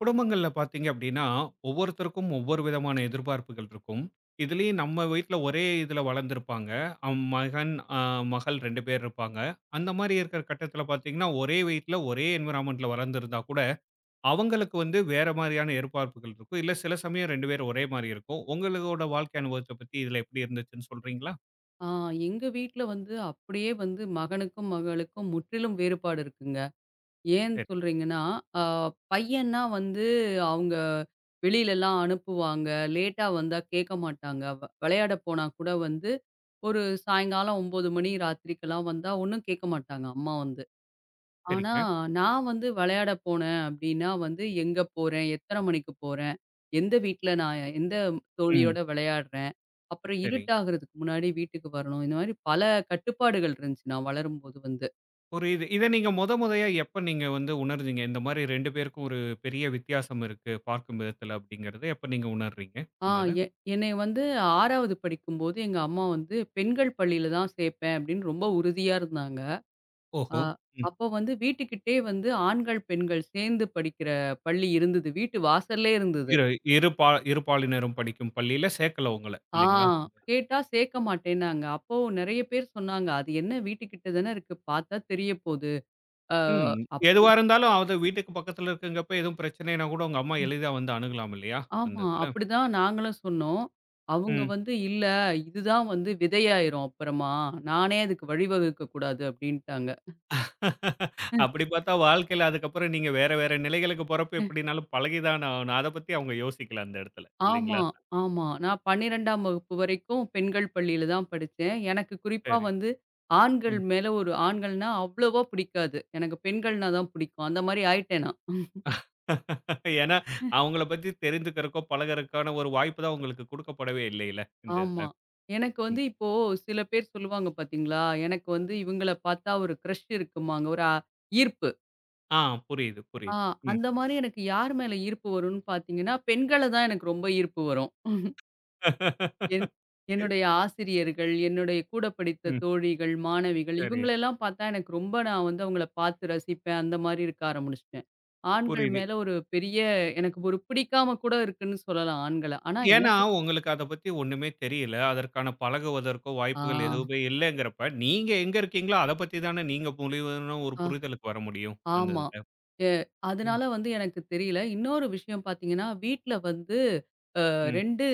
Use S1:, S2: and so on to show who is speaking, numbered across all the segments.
S1: குடும்பங்கள்ல பார்த்தீங்க அப்படின்னா, ஒவ்வொருத்தருக்கும் ஒவ்வொரு விதமான எதிர்பார்ப்புகள் இருக்கும். இதுலயும் நம்ம வீட்ல ஒரே இதுல வளர்ந்திருப்பாங்க. மகன், மகள் 2 பேர் இருப்பாங்க. அந்த மாரி இருக்கிற கட்டத்தில பார்த்தீங்கன்னா, ஒரே வீட்ல ஒரே என்வைரன்மென்ட்ல வளர்ந்திருந்தா கூட, அவங்களுக்கு வந்து வேற மாரியான எதிர்பார்ப்புகள் இருக்கும். இல்ல சில சமயம் 2 பேரும் ஒரே மாரி இருக்கும். உங்களோட வாழ்க்கை அனுபவத்த பத்தி இதுல எப்படி இருந்துச்சுன்னு சொல்றீங்களா?
S2: ஆ எங்க வீட்ல வந்து அப்படியே வந்து மகனுக்கும், மகளுக்கும் முற்றிலும் வேறுபாடு இருக்குங்க. ஏன்
S1: சரி,
S2: சொல்றீங்கன்னா, ஆ பையன்னா வந்து அவங்க வெளிலலாம் அனுப்புவாங்க. லேட்டா வந்தா கேட்க மாட்டாங்க. விளையாட போனா கூட வந்து ஒரு சாயங்காலம் 9 மணி ராத்திரிக்கெல்லாம் வந்தா ஒண்ணும் கேட்க மாட்டாங்க அம்மா வந்து. ஆனா
S1: சரிங்க.
S2: நான் வந்து விளையாட போனேன் அப்படின்னா வந்து எங்க போறேன்? எத்தன மணிக்கு போறேன்? எந்த வீட்ல நான் எந்த
S1: ம்.
S2: தோழியோட விளையாடுறேன்? அப்புறம்
S1: சரி.
S2: இருட்டாகிறதுக்கு முன்னாடி வீட்டுக்கு வரணும். இந்த மாரி பல கட்டுப்பாடுகள் இருந்துச்சு நான் வளரும்போது வந்து.
S1: புரியுது. இத நீங்க மொதயா எப்ப நீங்க வந்து உணர்ந்தீங்க? இந்த மாரி 2 பேருக்கும் ஒரு பெரிய வித்தியாசம் இருக்கு, பார்க்கும் விதத்துல அப்படிங்கிறத எப்ப நீங்க உணர்றீங்க?
S2: ஆ
S1: இந்த இத.
S2: எ என்னைய வந்து 6வது படிக்கும்போது எங்க அம்மா வந்து பெண்கள் பள்ளியில தான் சேர்ப்பேன் அப்படின்னு ரொம்ப உறுதியா இருந்தாங்க. ஆ
S1: ஓஹோ! ம்.
S2: அப்போ வந்து வீட்டுக்கிட்டயே வந்து ஆண்கள், பெண்கள் சேர்ந்து படிக்கிற பள்ளி இருந்தது. வீட்டு வாசல்லே இருந்தது.
S1: இரு இரு பா இரு பாலினரும் படிக்கும் பள்ளியில சேக்கல உங்கள,
S2: ஆ
S1: இல்லைங்களா?
S2: கேட்டா சேர்க்க மாட்டேன்னாங்க. அப்போ நெறைய பேர் சொன்னாங்க, "அது என்ன வீட்டுக்கிட்ட தானே இருக்கு. பார்த்தா தெரிய போது." ஆ
S1: ம்.
S2: அப்படி
S1: எதுவா இருந்தாலும் அது வீட்டுக்கு பக்கத்துல இருக்குங்கப்ப எதுவும் பிரச்சனைன்னா கூட உங்க அம்மா எளிதா வந்து அணுகலாம் இல்லையா? அந்த
S2: ஆமா.
S1: இதுல.
S2: அப்படிதான் நாங்களும் சொன்னோம். அவங்க
S1: ம்.
S2: வந்து, "இல்ல இதுதான் வந்து விதையாயிரும் அப்புறமா. நானே அதுக்கு வழிவகுக்க கூடாது" அப்படின்ட்டாங்க.
S1: அப்படி பாத்தா வாழ்க்கையில அதுக்கப்புறம் நீங்க வேற வேற நிலைகளுக்கு போறப்ப எப்படின்னாலும் பழகி தான ஆகணும். அத பத்தி அவங்க யோசிக்கல அந்த இடத்துல,
S2: ஆமா,
S1: இல்லைங்களா?
S2: ஆமா. நான் 12ஆம் வகுப்பு வரைக்கும் பெண்கள் பள்ளியில தான் படிச்சேன். எனக்கு குறிப்பா
S1: சரி.
S2: வந்து ஆண்கள்
S1: ம்.
S2: மேல ஒரு ஆண்கள்னா அவ்வளவா பிடிக்காது. எனக்கு பெண்கள்னா தான் பிடிக்கும். அந்த மாரி ஆயிட்டேன் நான்.
S1: ஏன்னா, அவங்கள பத்தி தெரிந்துக்கிறக்கோ, பழகுறதுக்கான ஒரு வாய்ப்பு தான் உங்களுக்கு குடுக்கப்படவே இல்லைல்ல, இந்த இதுல.
S2: ஆமா. எனக்கு
S1: ம்.
S2: வந்து இப்போ சில பேர் சொல்லுவாங்க பார்த்தீங்களா, எனக்கு வந்து இவங்கள பார்த்தா ஒரு கிரஷ் இருக்குமாங்க. ஒரு ஈர்ப்பு.
S1: ஆ புரியுது,
S2: ஆ
S1: புரியுது. ம்.
S2: அந்த மாரி எனக்கு யார் மேல ஈர்ப்பு வரும்ன்னு பார்த்தீங்கன்னா, பெண்கள தான் எனக்கு ரொம்ப ஈர்ப்பு வரும். என் என்னுடைய ஆசிரியர்கள், என்னுடைய கூட படித்த
S1: ம்.
S2: தோழிகள், மாணவிகள்
S1: சரி.
S2: இவங்களெல்லாம் பார்த்தா எனக்கு ரொம்ப நான் வந்து அவங்கள பார்த்து ரசிப்பேன். அந்த மாரி இருக்க ஆரம்பிச்சுட்டேன். ஆண்கள்
S1: புரியுது.
S2: மேல ஒரு பெரிய எனக்கு ஒரு பிடிக்காம கூட இருக்குன்னு சொல்லலாம் ஆண்கள. ஆனா
S1: ஏன்னா,
S2: எனக்கு
S1: உங்களுக்கு அத பத்தி ஒண்ணுமே தெரியல. அதற்கான பழகுவதற்கோ
S2: ஆ,
S1: வாய்ப்புகள் எதுவுமே இல்லங்கிறப்ப, நீங்க எங்க இருக்கீங்களோ, அத பத்தி தானே நீங்க முழுமையான ஒரு
S2: ஆ
S1: புரிதலுக்கு வர முடியும், அந்த
S2: ஆமா.
S1: இதுல.
S2: எ
S1: ம்.
S2: அதனால வந்து எனக்கு தெரியல. இன்னொரு விஷயம் பார்த்தீங்கன்னா, வீட்ல வந்து
S1: ம்.
S2: 2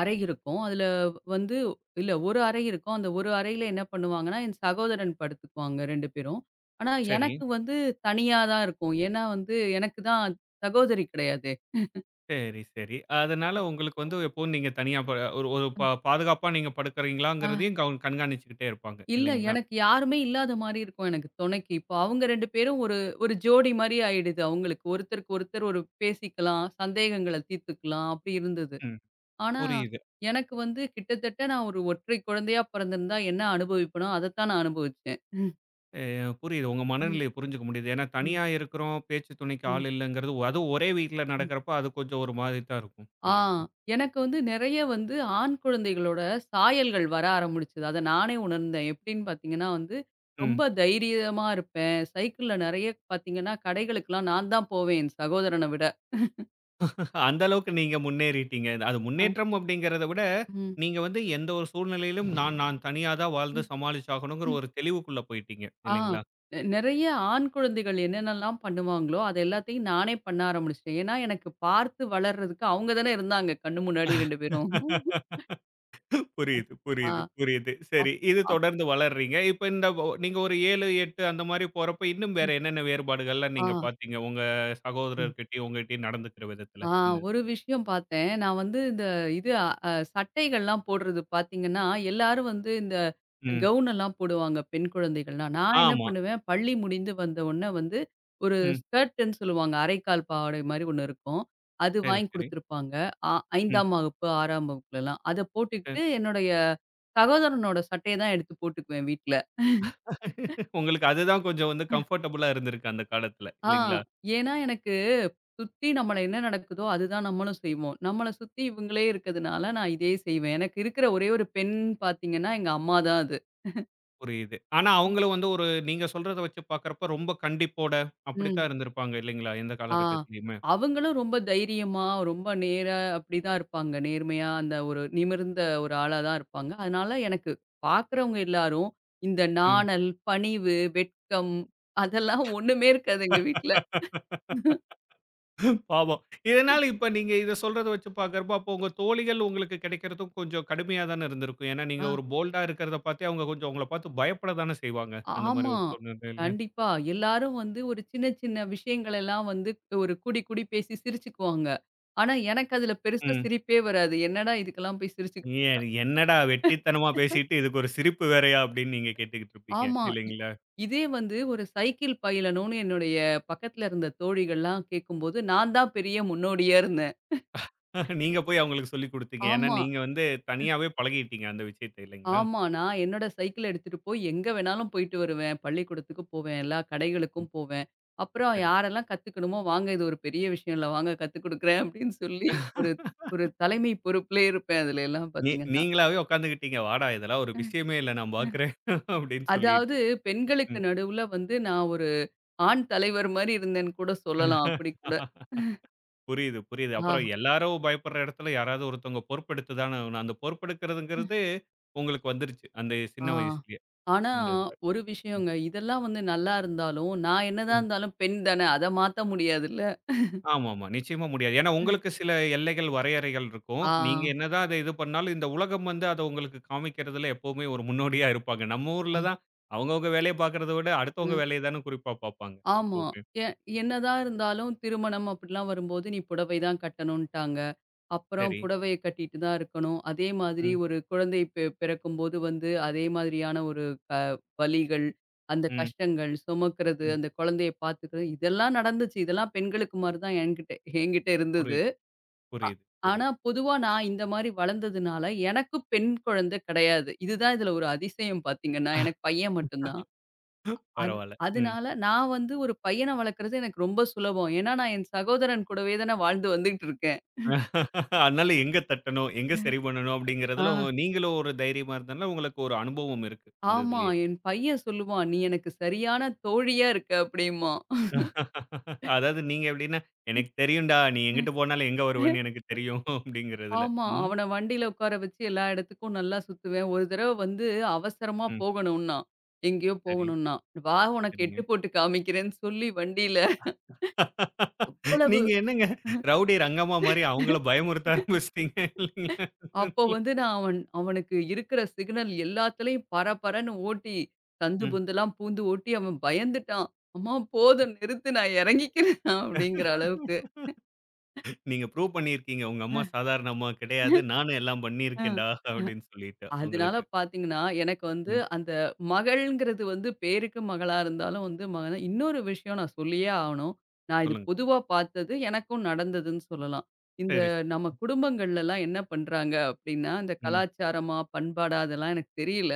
S2: அறை இருக்கும். அதுல வந்து இல்ல 1 அறை இருக்கும். அந்த 1 அறையில என்ன பண்ணுவாங்கன்னா, என் சகோதரன் படுத்துக்குவாங்க 2 பேரும். ஆனா
S1: சரி.
S2: எனக்கு வந்து தனியா தான் இருக்கும். ஏன்னா வந்து எனக்கு தான் சகோதரி கிடையாது.
S1: சரி, சரி. அதனால உங்களுக்கு வந்து எப்பவும் நீங்க தனியா ப ஒரு ஒரு பா பாதுகாப்பா நீங்க
S2: ஆ.
S1: படுக்கிறீங்களாங்கிறதையும் கண்காணிச்சுக்கிட்டே இருப்பாங்க,
S2: இல்ல
S1: இல்லைங்களா?
S2: எனக்கு யாருமே இல்லாத மாரி இருக்கும் எனக்கு துணைக்கு. இப்போ அவங்க 2 பேரும் ஒரு ஒரு ஜோடி மாரி ஆயிடுது அவங்களுக்கு. ஒருத்தருக்கு ஒருத்தர் ஒரு பேசிக்கலாம், சந்தேகங்கள தீர்த்துக்கலாம் அப்படி இருந்தது.
S1: ம்.
S2: ஆனா
S1: புரியுது.
S2: எனக்கு வந்து கிட்டத்தட்ட நான் ஒரு ஒற்றை குழந்தையா பிறந்திருந்தா என்ன அனுபவிப்பேனோ, அதத்தான் நான் அனுபவிச்சேன்.
S1: புரியுது. உங்க மனநிலைய புரிஞ்சுக்க முடியுது. ஏன்னா
S2: ம்,
S1: தனியா இருக்கிறோம், பேச்சு துணைக்கு
S2: ம்,
S1: ஆள் இல்லங்கிறது அதுவும் ஒரே வீட்ல
S2: ம்.
S1: நடக்கிறப்ப அது கொஞ்சம் ஒரு மாதிரி தான் இருக்கும்.
S2: ஆ
S1: இல்லைங்களா?
S2: எனக்கு வந்து நெறைய வந்து ஆண் குழந்தைகளோட சாயல்கள் வர ஆரம்பிச்சது. அத நானே உணர்ந்தேன். எப்படின்னு பார்த்தீங்கன்னா வந்து,
S1: ம்.
S2: ரொம்ப தைரியமா இருப்பேன். சைக்கிள்ல நெறைய பார்த்தீங்கன்னா, கடைகளுக்கெல்லாம் நான் தான் போவேன் என் சகோதரன விட.
S1: அந்த அளவுக்கு நீங்க முன்னேறிட்டீங்க. அது
S2: ஆ.
S1: முன்னேற்றம் அப்படிங்கிறத விட,
S2: ம்,
S1: நீங்க வந்து எந்த ஒரு சூழ்நிலையிலும் நான் நான் தனியா தான் வாழ்ந்து
S2: ம்,
S1: சமாளிச்சாகணுங்கிற
S2: ம்.
S1: ஒரு தெளிவுக்குள்ள போயிட்டீங்க.
S2: ஆ நெ நெறைய ஆண் குழந்தைகள் என்னென்னலாம் பண்ணுவாங்களோ, அது எல்லாத்தையும் நானே பண்ண ஆரம்பிச்சுட்டேன். ஏன்னா, எனக்கு பார்த்து வளர்றதுக்கு அவங்க தானே இருந்தாங்க, கண்ணு முன்னாடி 2 பேரும்.
S1: இல்லைங்களா? புரியுது,
S2: ஆ.
S1: புரியுது, புரியுது.
S2: அப்
S1: சரி. இது
S2: அப்
S1: தொடர்ந்து வளர்றீங்க. இப்ப இந்த நீங்க ஒரு 7, 8 அந்த மாரி போறப்ப இன்னும் வேற என்னென்ன வேறுபாடுகள்லாம்
S2: ஆ.
S1: நீங்க பார்த்தீங்க? உங்க சகோதரர்கிட்டயும், உங்ககிட்டயும் நடந்துக்கிற விதத்துல.
S2: ஆ
S1: இந்த இது?
S2: ஒரு விஷயம் பார்த்தேன். நான் வந்து இந்த சட்டைகள்லாம் போடுறது பார்த்தீங்கன்னா, எல்லாரும் வந்து இந்த
S1: ம்.
S2: கவுன் எல்லாம் போடுவாங்க பெண் குழந்தைகள்லாம். நான் என்ன
S1: ஆமா.
S2: பண்ணுவேன், பள்ளி முடிந்து வந்த உடனே வந்து ஒரு
S1: ம்.
S2: ஸ்கர்ட்டுன்னு சொல்லுவாங்க. அரைக்கால் பாவாடை மாரி ஒண்ணு இருக்கும். அது
S1: சரி,
S2: வாங்கி
S1: சரி.
S2: குடுத்துருப்பாங்க. அ
S1: ம்.
S2: 5ஆம் வகுப்பு, 6ஆம் வகுப்புலலாம். அத
S1: சரி.
S2: போட்டுக்கிட்டு என்னுடைய சகோதரனோட சட்டைய தான் எடுத்து போட்டுக்குவேன் வீட்ல.
S1: உங்களுக்கு அதுதான் கொஞ்சம் வந்து கம்ஃபர்டபுளா இருந்திருக்கு அந்த காலத்துல.
S2: ஆ.
S1: இல்லைங்களா?
S2: ஏன்னா எனக்கு சுத்தி நம்மள என்ன நடக்குதோ, அதுதான் நம்மளும் செய்வோம். நம்மள சுத்தி இவங்களே இருக்கதுனால, நான் இதே செய்வேன். எனக்கு இருக்கிற ஒரே ஒரு பெண் பார்த்தீங்கன்னா, எங்க அம்மா தான் அது.
S1: புரியுது. ஆனா அவங்களும் வந்து ஒரு நீங்க சொல்றத வச்சு பார்க்கறப்ப ரொம்ப கண்டிப்போட
S2: ம்.
S1: அப்படித்தான் இருந்திருப்பாங்க இல்லைங்களா? எந்த
S2: ஆ.
S1: காலகட்டத்திலயுமே.
S2: அவங்களும் ரொம்ப தைரியமா, ரொம்ப நேரா அப்படிதான் இருப்பாங்க. நேர்மையா அந்த ஒரு நிமிர்ந்த ஒரு ஆளா தான் இருப்பாங்க. அதனால எனக்கு பார்க்குறவங்க எல்லாரும், இந்த
S1: ம்.
S2: நாணல், பணிவு, வெட்கம் அதெல்லாம் ஒண்ணுமே இருக்காது எங்க வீட்ல.
S1: பாவம். இதனால இப்ப நீங்க இத சொல்றத வச்சு பார்க்கிறப்போ, அப்போ உங்க தோழிகள் உங்களுக்கு கிடைக்கிறதும் கொஞ்சம் கடுமையா தானே இருந்திருக்கும். ஏன்னா, நீங்க
S2: ஆ.
S1: ஒரு போல்டா இருக்கிறத பார்த்தே அவங்க கொஞ்சம் உங்கள பார்த்து பயப்பட தானே செய்வாங்க. அந்த மாரி
S2: ஆமா.
S1: ஒரு சூழ்நிலையில.
S2: கண்டிப்பா. எல்லாரும் வந்து ஒரு சின்ன சின்ன விஷயங்கள் எல்லாம் வந்து ஒரு கூடி கூடி பேசி சிரிச்சுக்குவாங்க. ஆனா எனக்கு அதுல பெருசா
S1: ம்.
S2: சிரிப்பே வராது. என்னடா இதுக்கெல்லாம் போய் சிரிச்சு
S1: "ஏ என்னடா வெட்டித்தனமா பேசிட்டு, இதுக்கு ஒரு சிரிப்பு வேறையா?" அப்படின்னு நீங்க கேட்டுக்கிட்டு இருப்பீங்க.
S2: ஆமா.
S1: இல்லைங்களா?
S2: இதே வந்து ஒரு சைக்கிள் பயிலணும்னு என்னுடைய பக்கத்துல இருந்த தோழிகள்லாம் கேட்கும்போது நான் தான் பெரிய முன்னோடியா இருந்தேன்.
S1: நீங்க போய் அவங்களுக்கு சொல்லிக் குடுத்தீங்க. ஏன்னா,
S2: ஆமா.
S1: நீங்க வந்து தனியாவே பழகிட்டீங்க அந்த விஷயத்த இல்லைங்களா?
S2: ஆமா. நான் என்னோட சைக்கிள எடுத்துட்டு போய் எங்க வேணாலும் போயிட்டு வருவேன். பள்ளிக்கூடத்துக்கு போவேன். எல்லா கடைகளுக்கும் போவேன். அப்புறம்
S1: சரி.
S2: யாரெல்லாம் கத்துக்கணுமோ, "வாங்க இது ஒரு பெரிய விஷயம் இல்ல. வாங்க கத்துக் குடுக்குறேன்." அப்படின்னு சொல்லி ஒரு ஒரு தலைமை பொறுப்பிலே இருப்பேன் அதுல எல்லாம் பார்த்தீங்கன்னா.
S1: நீங்களாவே உட்காந்துக்கிட்டீங்க. "வாடா இதெல்லாம் ஒரு விஷயமே இல்ல நான்
S2: ம்.
S1: பார்க்கிறேன்" அப்படின்னு சொல்லிட்டு.
S2: அதாவது பெண்களுக்கு
S1: ம்.
S2: நடுவுல வந்து நான் ஒரு ஆண் தலைவர் மாரி இருந்தேன்னு கூட சொல்லலாம். அப்படி கூட.
S1: புரியுது, புரியுது.
S2: ஆ,
S1: அப்புறம் எல்லாரும் பயப்படுற இடத்துல யாராவது ஒருத்தவங்க பொறுப்பெடுத்து தானே ஆகணும். அந்த பொறுப்பெடுக்கிறதுங்கிறது உங்களுக்கு வந்துருச்சு. அந்த சின்ன
S2: ஆ.
S1: வயசுலயே.
S2: ஆனா
S1: இந்த இதுல.
S2: ஒரு
S1: ம்,
S2: விஷயங்க. இதெல்லாம் வந்து நல்லா இருந்தாலும், நான் என்னதான்
S1: ம்.
S2: இருந்தாலும் பெண் தானே. அத மாத்த முடியாதுல்ல.
S1: ஆமாமா. நிச்சயமா முடியாது. ஏன்னா உங்களுக்கு சில எல்லைகள், வரையறைகள் இருக்கும்.
S2: ஆ.
S1: நீங்க என்னதான் அத இது பண்ணாலும், இந்த உலகம் வந்து அத உங்களுக்கு காமிக்கிறதுல எப்பவுமே ஒரு முன்னோடியா இருப்பாங்க. நம்ம
S2: அ.
S1: ஊர்ல தான் அவங்கவங்க வேலைய பார்க்கிறத விட, அடுத்தவங்க வேலைய தானே குறிப்பா பார்ப்பாங்க
S2: ஆமா.
S1: எப்பவுமே.
S2: எ என்னதான் இருந்தாலும் திருமணம் அப்படிலாம் வரும்போது, நீ புடவை தான் கட்டணுன்ட்டாங்க. அப்புறம்
S1: சரி.
S2: புடவைய கட்டிட்டு தான் இருக்கணும். அதே மாதிரி
S1: ம்,
S2: ஒரு குழந்தை பிறக்கும்போது வந்து அதே மாதிரியான ஒரு க வலிகள், அந்த
S1: ம்,
S2: கஷ்டங்கள், சுமக்கிறது,
S1: ம்.
S2: அந்த குழந்தைய பார்த்துக்கிறது, இதெல்லாம் நடந்துச்சு. இதெல்லாம் பெண்களுக்கு மாரி தான் என்கிட்ட என்கிட்ட இருந்தது.
S1: புரியுது, புரியுது,
S2: ஆனா,
S1: புரியுது.
S2: பொதுவா நான் இந்த மாரி வளர்ந்ததுனால, எனக்கும் பெண் குழந்தை கிடையாது. இதுதான் இதுல ஒரு அதிசயம் பார்த்தீங்கன்னா, எனக்கு பையன் மட்டும் தான். அது
S1: பரவால்ல. ம்.
S2: அதனால நான் வந்து ஒரு பையன வளர்க்குறது எனக்கு ரொம்ப சுலபம். ஏன்னா, நான் என் சகோதரன் கூடவே தானே வாழ்ந்து வந்துட்டு இருக்கேன்.
S1: அதனால எங்க தட்டணும், எங்க
S2: ம்.
S1: சரி பண்ணணும்
S2: ஆ
S1: அப்படிங்கிறதுல நீங்களும் ஒரு தைரியமா இருந்தனால உங்களுக்கு ஒரு அனுபவம் இருக்கு அந்த
S2: ஆமா.
S1: இதுலயே.
S2: என் பையன் சொல்லுவான், "நீ எனக்கு சரியான தோழியா இருக்க" அப்படிம்பான்.
S1: அதாவது நீங்க எப்படின்னா, "எனக்கு தெரியும்டா, நீ
S2: ம்.
S1: எங்கிட்டு போனாலும் எங்க வருவேன்னு எனக்கு தெரியும்" அப்படிங்கிறதுல.
S2: ஆமா.
S1: ம்,
S2: அவன வண்டியில உட்கார வச்சு எல்லா இடத்துக்கும் நல்லா சுத்துவேன். ஒரு தடவ வந்து அவசரமா
S1: ம்.
S2: போகணும்னா, எங்கேயோ
S1: சரி,
S2: போகணும்னா, "வா உனக்கு
S1: சரிங்க.
S2: எட்டு போட்டு காமிக்கிறேன்னு" சொல்லி வண்டியில அவ்வளவு
S1: நீங்க என்னங்க ரவுடி ரங்கம்மா மாரி அவங்கள பயமுறுத்த ஆரம்பிச்சுட்டீங்க இல்லைங்களா?
S2: அப்போ வந்து நான் அவனுக்கு இருக்கிற சிக்னல் எல்லாத்துலயும் பரபரன்னு ஓட்டி, சந்து
S1: ம்.
S2: பொந்தெல்லாம் பூந்து ஓட்டி அவன் பயந்துட்டான். "அம்மா போதும் நிறுத்து நான் இறங்கிக்கிறேன்" அப்படிங்கிற அளவுக்கு.
S1: நீங்க ப்ரூவ் பண்ணியிருக்கீங்க. உங்க
S2: அ,
S1: அம்மா சாதாரண அம்மா கிடையாது. நானும் எல்லாம்
S2: அ.
S1: பண்ணியிருக்கேன்டா அப்படின்னு சொல்லிட்டு
S2: அதனால
S1: அவங்களுக்கு.
S2: பார்த்தீங்கன்னா, எனக்கு வந்து
S1: ம்.
S2: அந்த மகள்ங்கிறது வந்து பேருக்கு மகளா இருந்தாலும் வந்து மகன் இன்னொரு விஷயம் நான் சொல்லியே ஆகணும். நான் இது
S1: சொல்லுங்க.
S2: பொதுவா பார்த்தது, எனக்கும் நடந்ததுன்னு சொல்லலாம். இந்த
S1: சரி, சரி.
S2: நம்ம குடும்பங்கள்லலாம் என்ன பண்றாங்க அப்படின்னா, இந்த
S1: ம்.
S2: கலாச்சாரமா, பண்பாடா அதெல்லாம் எனக்கு தெரியல.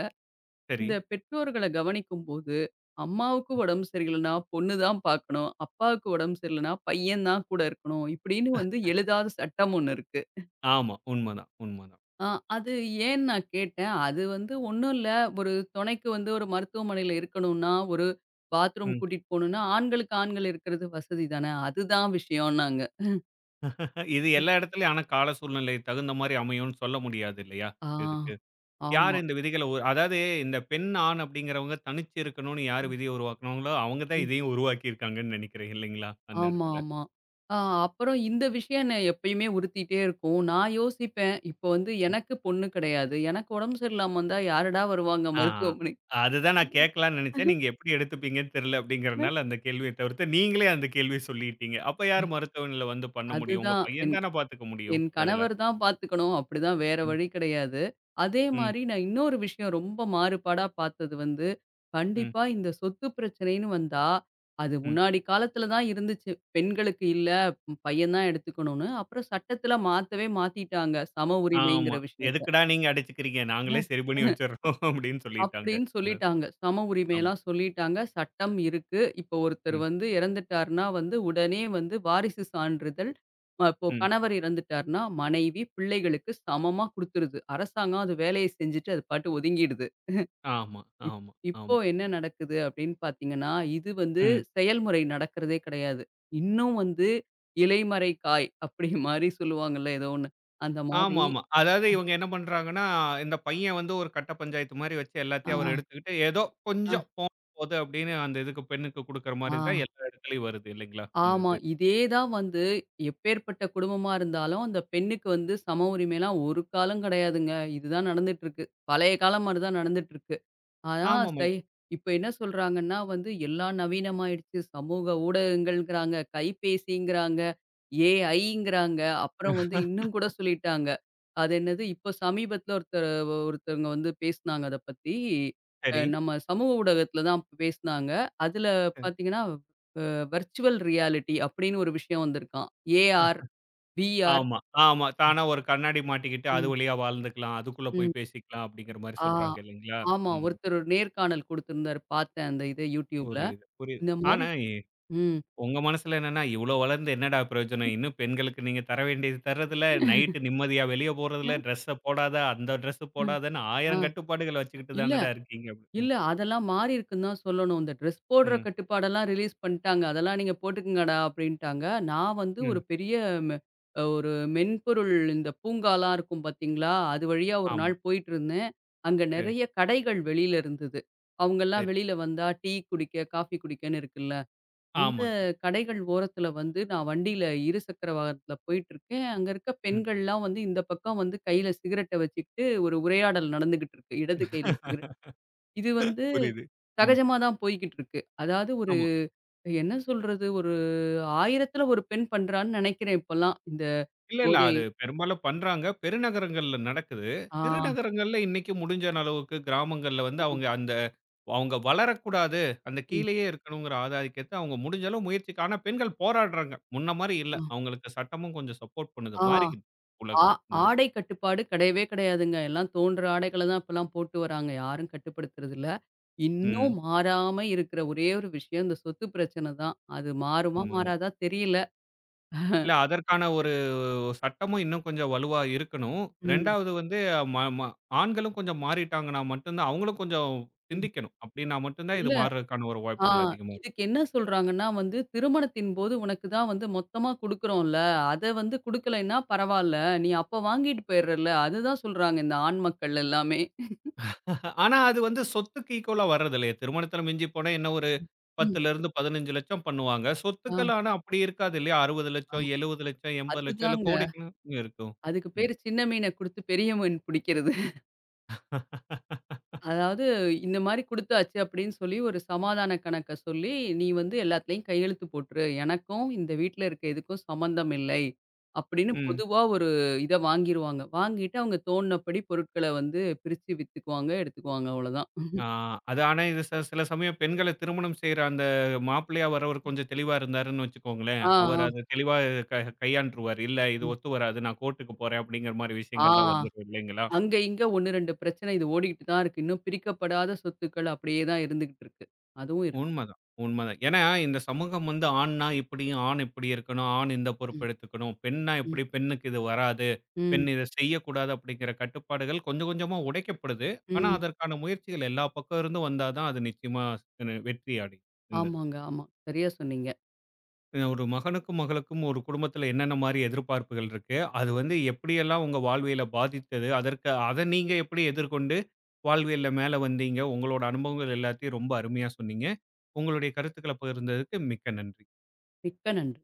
S1: சரி.
S2: இந்த பெற்றோர்கள கவனிக்கும்போது, அம்மாவுக்கு உடம்பு சரியில்லன்னா, பொண்ணு தான் பார்க்கணும். அப்பாவுக்கு உடம்பு சரியில்லன்னா, பையன் தான் கூட இருக்கணும். இப்படின்னு வந்து எழுதாத சட்டம் ஒண்ணு இருக்கு.
S1: ஆமா. உண்மதான், உண்மதான்.
S2: ஆ அது ஏன்னு நான் கேட்டேன். அது வந்து ஒண்ணும் இல்ல. ஒரு துணைக்கு வந்து ஒரு மருத்துவமனையில இருக்கணும்னா, ஒரு பாத்ரூம்
S1: ம்.
S2: கூட்டிட்டு போணும்னா, ஆண்களுக்கு ஆண்கள் இருக்கிறது வசதி தானே. அதுதான் விஷயம்னாங்க.
S1: இது எல்லா இடத்துலயும் ஆனா கால சூழ்நிலை தகுந்த மாரி அமையும்னு சொல்ல முடியாது இல்லையா?
S2: ஆ.
S1: இதுக்கு. யார்
S2: ஆமா.
S1: இந்த விதிகள அதாவது இந்த பெண், ஆண் அப்படிங்கிறவங்க தனிச்சு இருக்கணும்னு யார் விதிய உருவாக்குனாங்களோ, அவங்க தான்
S2: ம்.
S1: இதையும் உருவாக்கியிருக்காங்கன்னு நெனைக்கிறேன் இல்லைங்களா? அந்த
S2: ஆமா,
S1: இடத்துல.
S2: ஆமா. ஆ அப்புறம் இந்த விஷயம் என்ன எப்பயுமே உறுத்திட்டே இருக்கும். நான் யோசிப்பேன், இப்போ வந்து எனக்கு பொண்ணு கிடையாது. எனக்கு உடம்பு சரியில்லாம வந்தா யாருடா வருவாங்க
S1: ஆ,
S2: மருத்துவமனை?
S1: ஆ. அதுதான் நான் கேட்கலாம்னு நெனைச்சேன். நீங்க எப்படி எடுத்துப்பீங்கன்னு தெரியல அப்படிங்கிறனால அந்த கேள்விய தவிர்த்து, நீங்களே அந்த கேள்விய சொல்லிட்டீங்க. அப்ப யார் மருத்துவமனையில வந்து பண்ண முடியும்? உங்க
S2: அதுதான்
S1: பையன்
S2: என்
S1: தானே பார்த்துக்க முடியும்
S2: என்
S1: அதுல.
S2: கணவர் தான் பார்த்துக்கணும். அப்படிதான் வேற
S1: ம்,
S2: வழி கிடையாது. அதே
S1: ம்,
S2: மாரி நான் இன்னொரு விஷயம் ரொம்ப மாறுபாடா பார்த்தது வந்து,
S1: ம்,
S2: கண்டிப்பா இந்த சொத்து பிரச்சனைன்னு வந்தா, அது
S1: ம்.
S2: முன்னாடி காலத்துல தான் இருந்துச்சு. பெண்களுக்கு இல்ல, ம், பையன் தான் எடுத்துக்கணும்னு. அப்புறம் சட்டத்துல மாத்தவே மாத்திட்டாங்க. சம
S1: ஆமா.
S2: உரிமைங்கிற விஷயத்த.
S1: "எதுக்குடா நீங்க அடிச்சுக்கிறீங்க? நாங்களே சரி பண்ணி வச்சுர்றோம்" அப்படின்னு சொல்லிட்டாங்க.
S2: அப்படின்னு
S1: ம்.
S2: சொல்லிட்டாங்க. சம
S1: ஆமா.
S2: உரிமையெல்லாம் சொல்லிட்டாங்க. சட்டம் இருக்கு. இப்போ ஒருத்தர்
S1: ம்.
S2: வந்து இறந்துட்டாருன்னா வந்து உடனே வந்து வாரிசு சான்றிதழ் இப்போ
S1: ம்.
S2: கணவர் இறந்துட்டாருன்னா, மனைவி, பிள்ளைகளுக்கு சமமா குடுத்துருது. அரசாங்கம் அது வேலைய செஞ்சுட்டு அது பாட்டு ஒதுங்கிடுது.
S1: ஆமா,
S2: இப்
S1: ஆமா,
S2: இப்போ
S1: ஆமா.
S2: என்ன நடக்குது அப்படின்னு பார்த்தீங்கன்னா, இது வந்து
S1: ம்.
S2: செயல்முறை நடக்கிறதே கிடையாது. இன்னும் வந்து இலைமறை காய் அப்படி மாரி சொல்லுவாங்கல்ல ஏதோ ஒண்ணு. அந்த மாரி
S1: ஆமாமா. அதாவது இவங்க என்ன பண்றாங்கன்னா, இந்த பையன் வந்து ஒரு கட்ட பஞ்சாயத்து மாரி வச்சு
S2: ஆ,
S1: எல்லாத்தையும் அவர் எடுத்துக்கிட்டு, ஏதோ
S2: ஆ,
S1: கொஞ்சம் போனா போது அப்படின்னு அந்த இதுக்கு பெண்ணுக்கு குடுக்குற மாரி
S2: ஆ.
S1: தான் எல்லா இடத்துலயும் வருது இல்லைங்களா? இந்த
S2: ஆமா.
S1: இது.
S2: இதே தான் வந்து எப்பேர்ப்பட்ட குடும்பமா இருந்தாலும், அந்த பெண்ணுக்கு வந்து சம உரிமைலாம் ஒரு காலம் கிடையாதுங்க. இதுதான் நடந்துட்டுருக்கு. பழைய காலம் மாரி தான் நடந்துட்டுருக்கு. ஆனா,
S1: ஆமாமா.
S2: சை இப்ப என்ன சொல்றாங்கன்னா வந்து, எல்லாம் நவீனமாயிடுச்சு. சமூக ஊடகங்கள்ங்கிறாங்க, கைபேசிங்கிறாங்க, ஏஐங்கிறாங்க.
S1: சரி.
S2: அப்புறம் வந்து இன்னும் கூட சொல்லிட்டாங்க. அது என்னது இப்போ சமீபத்தில ஒருத்தர் ஒருத்தவங்க வந்து பேசினாங்க அத பத்தி. நம்ம சமூக ஊடகத்தில தான் பேசினாங்க. அதில
S1: சரி.
S2: பார்த்தீங்கன்னா வர்ச்சுவல் ரியாலிட்டி அப்படின்னு ஒரு விஷயம் வந்திருக்காம்.
S1: அ
S2: ஏஆர், விஆர்.
S1: ஆமா, ஆமா. தானா ஒரு கண்ணாடி மாட்டிக்கிட்டு அது
S2: ம்.
S1: வழியா வாழ்ந்துக்கலாம். அதுக்குள்ள
S2: ம்.
S1: போய் பேசிக்கலாம் அப்படிங்கிற மாரி
S2: ஆ.
S1: சொல்றாங்க இல்லைங்களா?
S2: ஆமா.
S1: ம்.
S2: ஒருத்தர் ஒரு நேர்காணல் குடுத்திருந்தாரு. பார்த்தேன் அந்த இத YouTubeல.
S1: புரியுது, புரியுது.
S2: இந்த
S1: ஆனா
S2: மாரி ம்.
S1: உங்க மனசுல என்னன்னா, இவ்ளோ வளர்ந்து என்னடா பிரயோஜனம்? இன்னும் பெண்களுக்கு நீங்க தர வேண்டியது தர்றதில்ல, நைட்டு நிம்மதியா வெளிய போறதில்ல, ட்ரெஸ்ஸ போடாத, அந்த ட்ரெஸ் போடாதன்னு 1000
S2: ஆ.
S1: கட்டுப்பாடுகள வச்சுக்கிட்டு
S2: இல்ல
S1: தானடா இருக்கீங்க. அப்படி. ம்,
S2: இல்ல. அதெல்லாம் மாறியிருக்குன்னு தான் சொல்லணும். இந்த ட்ரெஸ் போடுற
S1: ம்,
S2: கட்டுப்பாடெல்லாம் ரிலீஸ் பண்ணிட்டாங்க. அதெல்லாம் நீங்க போட்டுக்கங்கடா அப்படின்ட்டாங்க. நான் வந்து ஒரு
S1: ம்.
S2: பெரிய மெ அ ஒரு மென்பொருள் இந்த பூங்காலாம் இருக்கும் பார்த்தீங்களா? அது வழியா ஒரு
S1: ஆமா.
S2: நாள் போயிட்டுருந்தேன். அங்க
S1: சரி,
S2: நெறைய கடைகள் வெளியில இருந்தது. அவங்கலாம்
S1: சரி.
S2: வெளியில வந்தா டீ குடிக்க, காஃபி குடிக்கன்னு இருக்குல்ல. அந்த
S1: ஆமாங்க.
S2: கடைகள் ஓரத்தில வந்து நான் வண்டியில இருசக்கர வாகனத்தில போயிட்டுருக்கேன். அங்க இருக்க
S1: ம்.
S2: பெண்கள்லாம் வந்து இந்த பக்கம் வந்து கையில சிகரெட்ட வச்சுக்கிட்டு ஒரு உரையாடல் நடந்துகிட்டு இருக்கு. இடது கையில சிகரெட். இது வந்து
S1: புரியுது. ம்.
S2: சகஜமா தான் போய்க்கிட்டு இருக்கு. அதாவது ஒரு
S1: ஆமா.
S2: என்ன சொல்றது? ஒரு 1000த்துல ஒரு பெண் பண்றான்னு நெனைக்கிறேன் இப்பல்லாம். இந்த
S1: இல்ல, இல்ல.
S2: போதை
S1: அது பெரும்பாலும் பண்றாங்க. பெருநகரங்கள்ல நடக்குது.
S2: ஆ,
S1: சிறு நகரங்கள்ல இன்னைக்கு முடிஞ்ச அளவுக்கு கிராமங்கள்ல வந்து
S2: ஆமா,
S1: அவங்க அந்த அவங்க வளரக்கூடாது. அந்த
S2: ம்,
S1: கீழயே இருக்கணுங்கிற ஆதாதிக்கத்த அவங்க முடிஞ்ச அளவு முயற்சிக்கு ஆனா பெண்கள் போராடுறாங்க. முன்ன மாரி இல்ல.
S2: ஆ,
S1: அவங்களுக்கு சட்டமும் கொஞ்சம் சப்போர்ட் பண்ணுது.
S2: ஆ,
S1: மாறிக்கிட்டு
S2: ஆ
S1: உலகம். இந்த
S2: ஆடை கட்டுப்பாடு கிடையவே கிடையாதுங்க. எல்லாம் தோன்ற ஆடைகள தான் இப்பல்லாம் போட்டு வராங்க. யாரும் கட்டுப்படுத்துறதில்ல.
S1: ம்.
S2: இன்னும் மாறாம இருக்கிற ஒரே ஒரு விஷயம் இந்த சொத்து பிரச்சனை தான். அது மாறுமா?
S1: ஆமாங்க.
S2: மாறாதா? தெரியல.
S1: இல்ல அதற்கான ஒரு சட்டமும் இன்னும் கொஞ்சம் வலுவா இருக்கணும்.
S2: ம்,
S1: 2வது வந்து ம ம ஆண்களும் கொஞ்சம் மாறிட்டாங்கன்னா மட்டும் தான் அவங்களும் கொஞ்சம்
S2: ம்.
S1: சிந்திக்கணும். அப்டின்னா மட்டும் தான் இது
S2: இல்ல
S1: மாறுறதுக்கான ஒரு
S2: ஆ
S1: வாய்ப்புகள் அதிகமா இருக்கு.
S2: இதுக்கு என்ன சொல்றாங்கன்னா வந்து, "திருமணத்தின் போது உனக்கு தான் வந்து மொத்தமா குடுக்குறோம்ல, அத வந்து குடுக்கலைன்னா பரவால்ல. நீ அப்ப வாங்கிட்டு போயிர்றல்ல." அதுதான் சொல்றாங்க இந்த ஆண் மக்கள் எல்லாமே.
S1: ஆனா அது வந்து சொத்துக்கு ஈக்குவலா வர்றதில்லையே! திருமணத்தில மிஞ்சி போனா என்ன
S2: ம்.
S1: 10லருந்து 15 லட்சம் பண்ணுவாங்க.
S2: ஆ,
S1: சொத்துக்கள் ஆனா அப்படி இருக்காது இல்லையா? 60
S2: ஆ.
S1: லட்சம், 70 லட்சம், 80 லட்சம் இல்ல
S2: அதுதாங்க.
S1: கோடிக்கணக்குல இருக்கும்.
S2: அதுக்கு
S1: ம்.
S2: பேரு சின்ன மீன குடுத்து பெரிய மீன் புடிக்கிறது. அதாவது இந்த மாரி குடுத்தாச்சு அப்படின்னு சொல்லி ஒரு சமாதான கணக்க சொல்லி, "நீ வந்து எல்லாத்துலயும் கையெழுத்து போட்டுரு. எனக்கும் இந்த வீட்ல இருக்க எதுக்கும் சம்மந்தம் இல்லை." அப்படின்னு
S1: ம்.
S2: பொதுவா ஒரு இத வாங்கிருவாங்க. வாங்கிட்டு அவங்க தோணுனபடி பொருட்கள வந்து பிரிச்சு வித்துக்குவாங்க, எடுத்துக்குவாங்க அவ்வளோதான்.
S1: ஆ அது ஆனா இது சில சமயம் பெண்கள திருமணம் செய்ற அந்த மாப்பிள்ளையா வரவர் கொஞ்சம் தெளிவா இருந்தாருன்னு வச்சுக்கோங்களேன்,
S2: ஆ,
S1: அவர்
S2: ஆ,
S1: அத தெளிவா க கையாண்டுருவாரு. இல்ல இது
S2: ம்.
S1: ஒத்து வராது. நான் கோர்ட்டுக்கு போறேன் அப்படிங்கிற மாரி
S2: ஆ
S1: விஷயங்கள்லாம் வந்துரும் இல்லைங்களா?
S2: அங்க இங்க 1, 2 பிரச்சனை இது ஓடிக்கிட்டு தான் இருக்கு. இன்னும் பிரிக்கப்படாத சொத்துக்கள் அப்படியே தான் இருந்துகிட்டு இருக்கு. அதுவும் இருக்கு.
S1: உண்மதான், உண்மதான். ஏன்னா, இந்த சமூகம் வந்து ஆண்னா இப்படி, ஆண் இப்படி இருக்கணும், ஆண் இந்த பொறுப்பு
S2: ம்,
S1: எடுத்துக்கணும், பெண்ணா
S2: ம்,
S1: இப்படி, பெண்ணுக்கு இது வராது,
S2: ம்,
S1: பெண் இத செய்யக்கூடாது அப்படிங்கிற கட்டுப்பாடுகள் கொஞ்சம் கொஞ்சமா உடைக்கப்படுது. ஆனா,
S2: ம்.
S1: அதற்கான முயற்சிகள் எல்லா பக்கம் இருந்தும் வந்தா தான் அது நிச்சயமா வெற்றி அடையும். இந்த
S2: ஆமாங்க, ஆமா. சரியா சொன்னீங்க.
S1: ஒரு மகனுக்கும், மகளுக்கும் ஒரு குடும்பத்தில என்னென்ன மாரி எதிர்பார்ப்புகள் இருக்கு? அது வந்து எப்படியெல்லாம் உங்க வாழ்வியல பாதித்தது? அதற்கு அத நீங்க எப்படி எதிர்கொண்டு வாழ்வியல்ல மேல வந்தீங்க? உங்களோட அனுபவங்கள் எல்லாத்தையும் ரொம்ப அருமையா சொன்னீங்க. உங்களுடைய கருத்துக்கள பகிர்ந்ததுக்கு மிக்க நன்றி.
S2: மிக்க நன்றி.